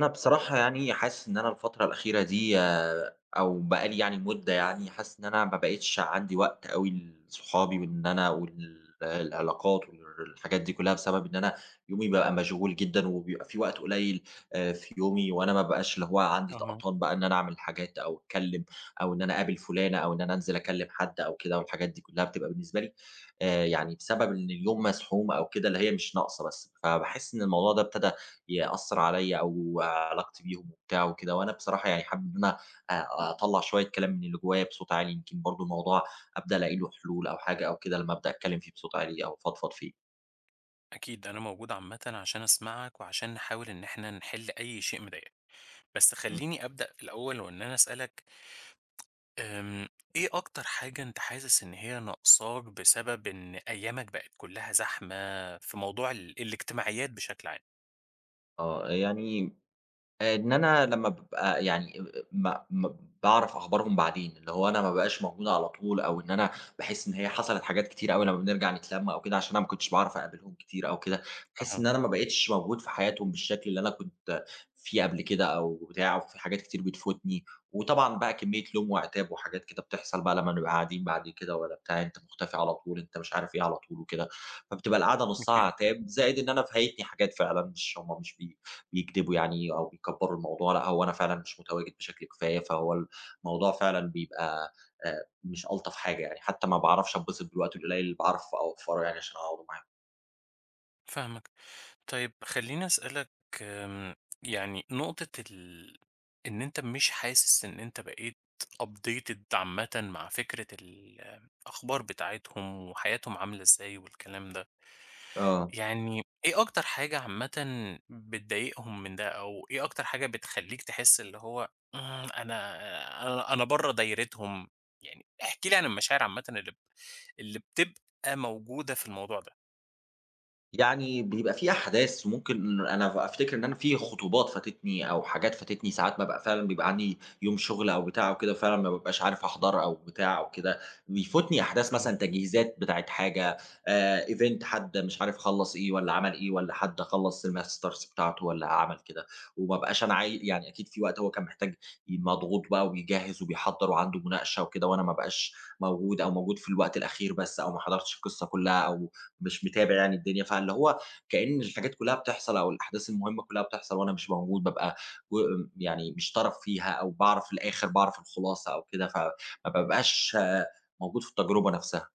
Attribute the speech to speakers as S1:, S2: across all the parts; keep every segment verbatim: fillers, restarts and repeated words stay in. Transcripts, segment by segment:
S1: أنا بصراحة يعني حاسس إن أنا الفترة الأخيرة دي آآ، أو بقى لي يعني مدة يعني، حاسس إن أنا ما بقيتش عندي وقت أوي لصحابي، وإن أنا وال العلاقات والحاجات دي كلها، بسبب إن أنا يومي بقى مشغول جدًا وبيبقى في وقت قليل آآ، في يومي، وأنا ما بقاش اللي هو عندي
S2: أها،
S1: طاقتان بقى إن أنا أعمل حاجات أو أتكلم، أو إن أنا أقابل فلانة أو إن أنا أنزل أكلم حد أو كده، والحاجات دي كلها بتبقى بالنسبة لي آآ، يعني بسبب إن اليوم مزحوم أو كده، اللي هي مش ناقصة بس، فباحس إن الموضوع ده ابتدى يأثّر عليّا أو علاقتي بيهم وبتاع وكده. وأنا بصراحة يعني حابب إن أنا أ أطلّع شوية كلام من اللي جوايا بصوت عالي، يمكن برضه الموضوع أبدأ ألاقي له حلول أو حاجة أو كده لمّا أبدأ أتكلّم فيه بصوت عالي أو أفضفض فيه.
S2: أكيد أنا موجود عامةً عشان أسمعك، وعشان نحاول إن إحنا نحل أي شيء مضايقك، بس
S1: إمم.
S2: خلّيني أبدأ في الأول وإن أنا أسألك. آمم، إيه أكتر حاجة أنت حاسس إن هي ناقصاك بسبب إن أيامك بقت كلّها زحمة في موضوع ال الاجتماعيات بشكل عام؟
S1: آه، يعني آآ إن أنا لمّا بابقى يعني آآ م م باعرف أخبارهم بعدين، اللي هو أنا ما بابقاش موجود على طول، أو إن أنا باحس إن هي حصلت حاجات كتير أوي لمّا بنرجع نتلم أو كده، عشان أنا ما كنتش باعرف أقابلهم كتير أو كده، باحس إن
S2: أها،
S1: أنا ما بقيتش موجود في حياتهم بالشكل اللي أنا كنت فيه قبل كده أو بتاع، وفي حاجات كتير بتفوتني، وطبعًا بقى كمية لوم وعتاب وحاجات كده بتحصل بقى لمّا نبقى قاعدين بعد كده والّا بتاع، أنت مختفي على طول، أنت مش عارف إيه على طول وكده، فبتبقى القعدة نصها
S2: أوكي،
S1: عتاب، زائد إن أنا فايتني حاجات فعلًا، مش هم مش بي بيكدبوا يعني أو بيكبّروا الموضوع، لأ هو أنا فعلًا مش متواجد بشكل كفاية، فهو الموضوع فعلًا بيبقى آآ مش ألطف حاجة يعني، حتى ما باعرفش أتبسط بالوقت القليل اللي باعرف أوفّره يعني عشان أقعد معاهم.
S2: فاهمك. طيب خلّيني أسألك. آمم، يعني نقطة ال إن أنت مش حاسس إن أنت بقيت updated عامةً مع فكرة الأخبار بتاعتهم وحياتهم عاملة إزاي والكلام ده،
S1: آه.
S2: يعني إيه أكتر حاجة عامةً بتضايقهم من ده، أو إيه أكتر حاجة بتخلّيك تحس اللي هو إمم، أنا أنا أنا برّه دايرتهم، يعني احكِ لي عن المشاعر عامةً اللي ب اللي بتبقى موجودة في الموضوع
S1: يعني بيبقى في أحداث، ممكن أنا ف أفتكر إن أنا في خطوبات فاتتني أو حاجات فاتتني، ساعات بابقى فعلًا بيبقى عندي يوم شغل أو بتاع أو كده، فعلًا ما بابقاش عارف أحضر أو بتاع أو كده، بيفوتني أحداث
S2: ده؟
S1: مثلًا تجهيزات بتاعة حاجة، آآ event حد مش عارف خلّص إيه والّا عمل إيه والّا حد خلّص الmasters بتاعته والّا عمل كده، وما ابقاش أنا عاي يعني، أكيد في وقت هو كان محتاج، ي مضغوط بقى وبيجهّز وبيحضّر وعنده مناقشة وكده، وأنا ما ابقاش موجود أو موجود في الوقت الأخير بس، أو ما حضرتش القصة كلها أو مش متابع يعني الدنيا، فاللي هو كأن الحاجات كلّها بتحصل أو الأحداث المهمة كلّها بتحصل وأنا مش موجود، بابقى و يعني مش طرف فيها أو باعرف الآخر، باعرف الخلاصة أو كده، فما بابقاش موجود في التجربة نفسها.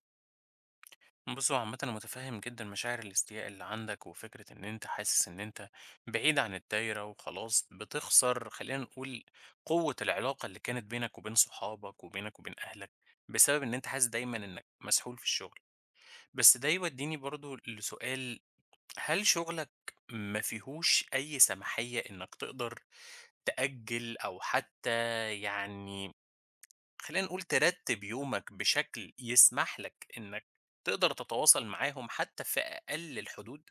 S2: بُص، هو عامةً أنا متفهم جدًا مشاعر الاستياء اللي عندك، وفكرة إن أنت حاسس إن أنت بعيد عن الدايرة وخلاص بتخسر، خلينا نقول قوة العلاقة اللي كانت بينك وبين صحابك وبينك وبين أهلك، بسبب إن أنت حاسس دايمًا إنك مسحول في الشغل. بس ده يوديني برضه لسؤال، هل شغلك ما فيهوش أي سماحية إنك تقدر تأجل، أو حتى يعني خلينا نقول ترتب يومك بشكل يسمح لك إنك تقدر تتواصل معاهم حتى في أقل الحدود؟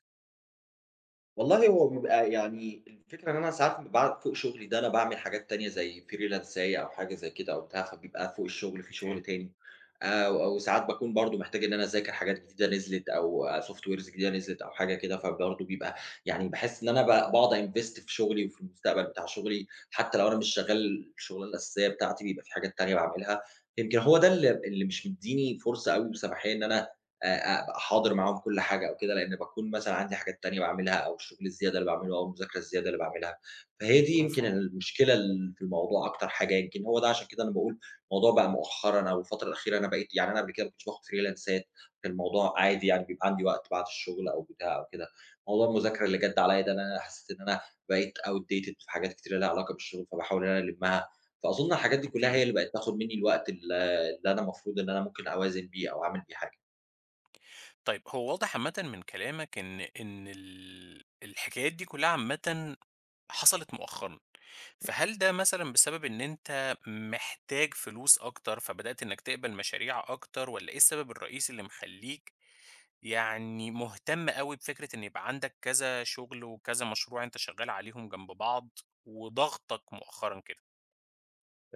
S1: والله هو بيبقى يعني الفكرة إن أنا ساعات بابقى فوق شغلي ده، أنا باعمل حاجات تانية زي فريلانساية أو حاجة زي كده أو بتاع، فبيبقى فوق الشغل في
S2: أوكي،
S1: شغل تاني، آآ، أو ساعات باكون برضه محتاج إن أنا أذاكر حاجات جديدة نزلت أو softwares جديدة نزلت أو حاجة كده، فبرضه بيبقى يعني باحس إن أنا ب باقعد أinvest في شغلي وفي المستقبل بتاع شغلي، حتى لو أنا مش شغال الشغلانة الأساسية بتاعتي بيبقى في حاجات تانية باعملها، يمكن هو ده اللي اللي مش مدّيني فرصة أوي وسماحية إن أنا آآ أبقى حاضر معاهم كل حاجة أو كده، لإن باكون مثلًا عندي حاجات تانية باعملها أو الشغل الزيادة اللي باعمله أو المذاكرة الزيادة اللي باعملها، فهي دي يمكن
S2: مفهوم،
S1: المشكلة ال في الموضوع أكتر حاجة، يمكن هو ده عشان كده أنا باقول الموضوع بقى مؤخرًا، أو الفترة الأخيرة أنا بقيت يعني أنا قبل كده ما كنتش باخد فريلانسات، كان الموضوع عادي يعني بيبقى عندي وقت بعد الشغل أو بتاع أو كده، موضوع المذاكرة اللي جَد عليّا ده أنا حسيت إن أنا بقيت outdated في حاجات كتيرة ليها علاقة بالشغل، فباحاول إن أنا ألمّها، فأظن الحاجات دي كلها هي
S2: أوكي.
S1: اللي بقت تاخد مني الوقت ال اللي أنا المفروض إن أنا ممكن أوازن بيه أو أعمل بيه حاجة.
S2: طيب هو واضح عامةً من كلامك إن إن ال الحكايات دي كلها عامةً حصلت مؤخرًا، فهل ده مثلًا بسبب إن أنت محتاج فلوس أكتر، فبدأت إنك تقبل مشاريع أكتر، والّا إيه السبب الرئيسي اللي مخلّيك يعني مهتم أوي بفكرة إن يبقى عندك كذا شغل وكذا مشروع أنت شغال عليهم جنب بعض، وضغطك مؤخرًا كده؟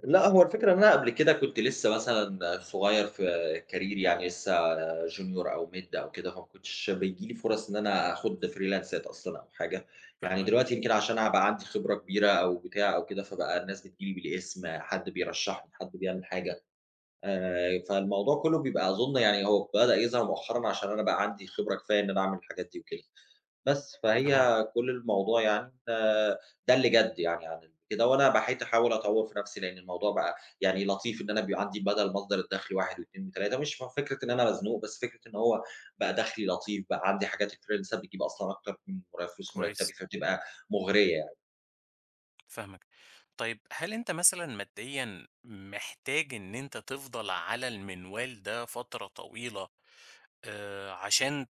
S1: لأ، هو الفكرة إن أنا قبل كده كنت لسه مثلًا صغير في career، يعني لسه junior أو mid أو كده، فما كنتش بييجي لي فرص إن أنا آخُد فريلانسات أصلًا أو حاجة، يعني
S2: فاهمك،
S1: دلوقتي يمكن عشان أنا بقى عندي خبرة كبيرة أو بتاع أو كده، فبقى الناس بتيجي لي بالاسم، حد بيرشّحني، حد بيعمل حاجة، آآ، فالموضوع كُلّه بيبقى أظُن يعني هو بدأ يظهر مؤخرًا عشان أنا بقى عندي خبرة كفاية إن أنا أعمل الحاجات دي وكده. بس، فهي
S2: أها،
S1: كل الموضوع يعني آآ، ده اللي جَد يعني عن كده، وأنا بقيت أحاول أطوّر في نفسي، لأن الموضوع بقى يعني لطيف إن أنا بيبقى عندي بدل مصدر الدخل واحد و2 و3، مش ف فكرة إن أنا مزنوق، بس فكرة إن هو بقى دخلي لطيف، بقى عندي حاجات الfreelancer بتجيب أصلًا أكتر من مر فلوس مرتبي،
S2: كويس،
S1: فبتبقى مُغرية يعني.
S2: فاهمك. طيب هل أنت مثلًا ماديًا محتاج إن أنت تفضل على المنوال ده فترة طويلة آآ عشان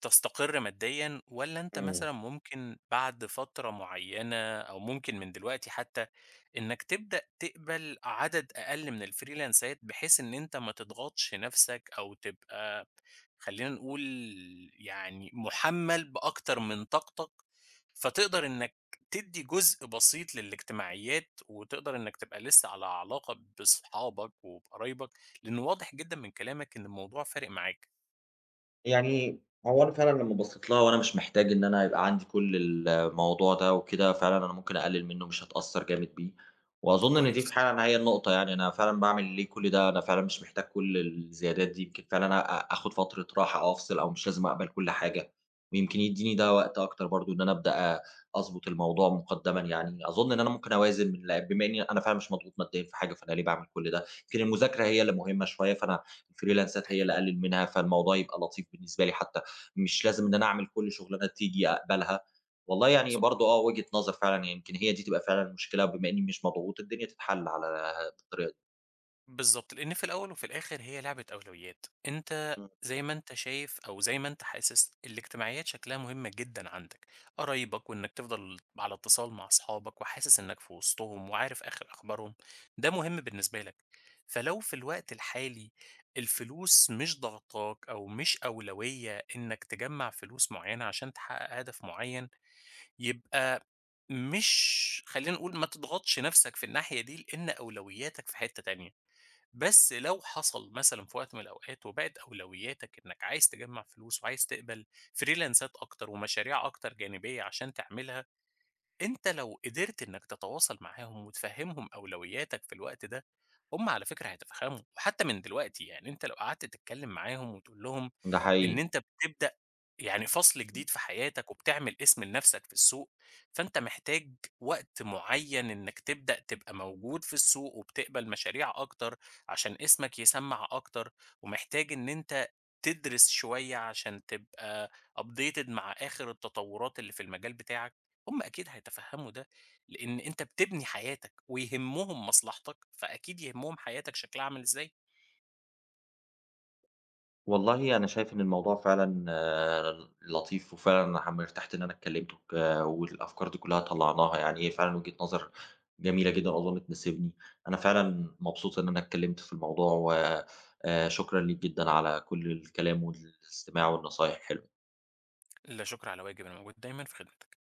S2: تستقر ماديًا، والّا أنت
S1: إمم.
S2: مثلًا ممكن بعد فترة معيّنة أو ممكن من دلوقتي حتى، إنّك تبدأ تقبل عدد أقل من الفريلانسات بحيث إن أنت ما تضغطش نَفْسك أو تبقى، خلّينا نقول يعني مُحمّل بأكتر من طاقتك، فتقدر إنّك تدّي جزء بسيط للاجتماعيات وتقدر إنّك تبقى لسّه على علاقة بصحابك وبقرايبك، لإنه واضح جدًا من كلامك إن الموضوع فارق معاك.
S1: يعني هو أنا فعلًا لمّا بصيت لها وأنا مش محتاج إن أنا يبقى عندي كل الموضوع ده وكده، فعلًا أنا ممكن أقلل منه مش هاتأثر جامد بيه، وأظن إن دي
S2: كويس،
S1: فعلًا هي النقطة، يعني أنا فعلًا باعمل ليه كل ده؟ أنا فعلًا مش محتاج كل الزيادات دي، يمكن فعلًا أ أ آخد فترة راحة أو أفصل أو مش لازم أقبل كل حاجة، ويمكن يديني ده وقت أكتر برضه إن أنا أبدأ أ أضبط الموضوع مقدمًا يعني، أظن إن أنا ممكن أوازن ل بما إني أنا فعلًا مش مضغوط ماديًا في حاجة، فأنا ليه باعمل كل ده؟ يمكن المذاكرة هي اللي مهمة شوية، فأنا الفريلانسات هي اللي
S2: حقيقي،
S1: اقلل منها، فالموضوع يبقى لطيف بالنسبه لي، حتى مش لازم ان انا اعمل كل شغلانه تيجي اقبلها. والله يعني
S2: صح،
S1: برضه اه، وجهه نظر فعلا، يعني يمكن هي دي تبقى فعلا المشكله، بما اني مش مضغوط، الدنيا تتحل على بالطريقه دي.
S2: بالضبط، لإن في الأول وفي الآخر هي لعبة أولويات، أنت
S1: إمم.
S2: زي ما أنت شايف أو زي ما أنت حاسس الاجتماعيات شكلها مهمة جدًا عندك، قرايبك وإنك تفضل على اتصال مع أصحابك وحاسس إنك في وسطهم وعارف آخر أخبارهم، ده مهم بالنسبة لك، فلو في الوقت الحالي الفلوس مش ضاغطاك أو مش أولوية إنك تجمّع فلوس معيّنة عشان تحقق هدف معيّن، يبقى مش، خلّينا نقول ما تضغطش نَفْسك في الناحية دي، لإن أولوياتك في حتّة تانية. بس لو حصل مثلًا في وقت من الأوقات وبقت أولوياتك إنّك عايز تجمّع فلوس وعايز تقبل فريلانسات أكتر ومشاريع أكتر جانبية عشان تعملها، أنت لو قدرت إنّك تتواصل معاهم وتفهّمهم أولوياتك في الوقت ده، هم على فكرة هيتفهموا. وحتّى من دلوقتي يعني أنت لو قعدت تتكلّم معاهم وتقول لهم
S1: ده
S2: إن
S1: حقيقي.
S2: أنت بتبدأ يعني فصل جديد في حياتك وبتعمل اسم لنفسك في السوق، فأنت محتاج وقت معيّن إنّك تبدأ تبقى موجود في السوق وبتقبل مشاريع أكتر عشان اسمك يسمّع أكتر، ومحتاج إن أنت تدرس شوية عشان تبقى updated مع آخر التطوّرات اللي في المجال بتاعك، هم أكيد هيتفهّموا ده، لإن أنت بتبني حياتك ويهمّهم مصلحتك، فأكيد يهمّهم حياتك شكلها عامل إزاي.
S1: والله أنا شايف إن الموضوع فعلًا آه، لطيف، وفعلًا أنا حم ارتحت إن أنا اتكلمت وك والأفكار دي كلها طلعناها، يعني هي فعلًا وجهة نظر جميلة جدًا أظن تناسبني. أنا فعلًا مبسوط إن أنا اتكلمت في الموضوع، و آآ شكرًا ليك جدًا على كل الكلام والاستماع والنصايح الحلوة.
S2: لا شكر على واجب، أنا موجود دايمًا في خدمتك.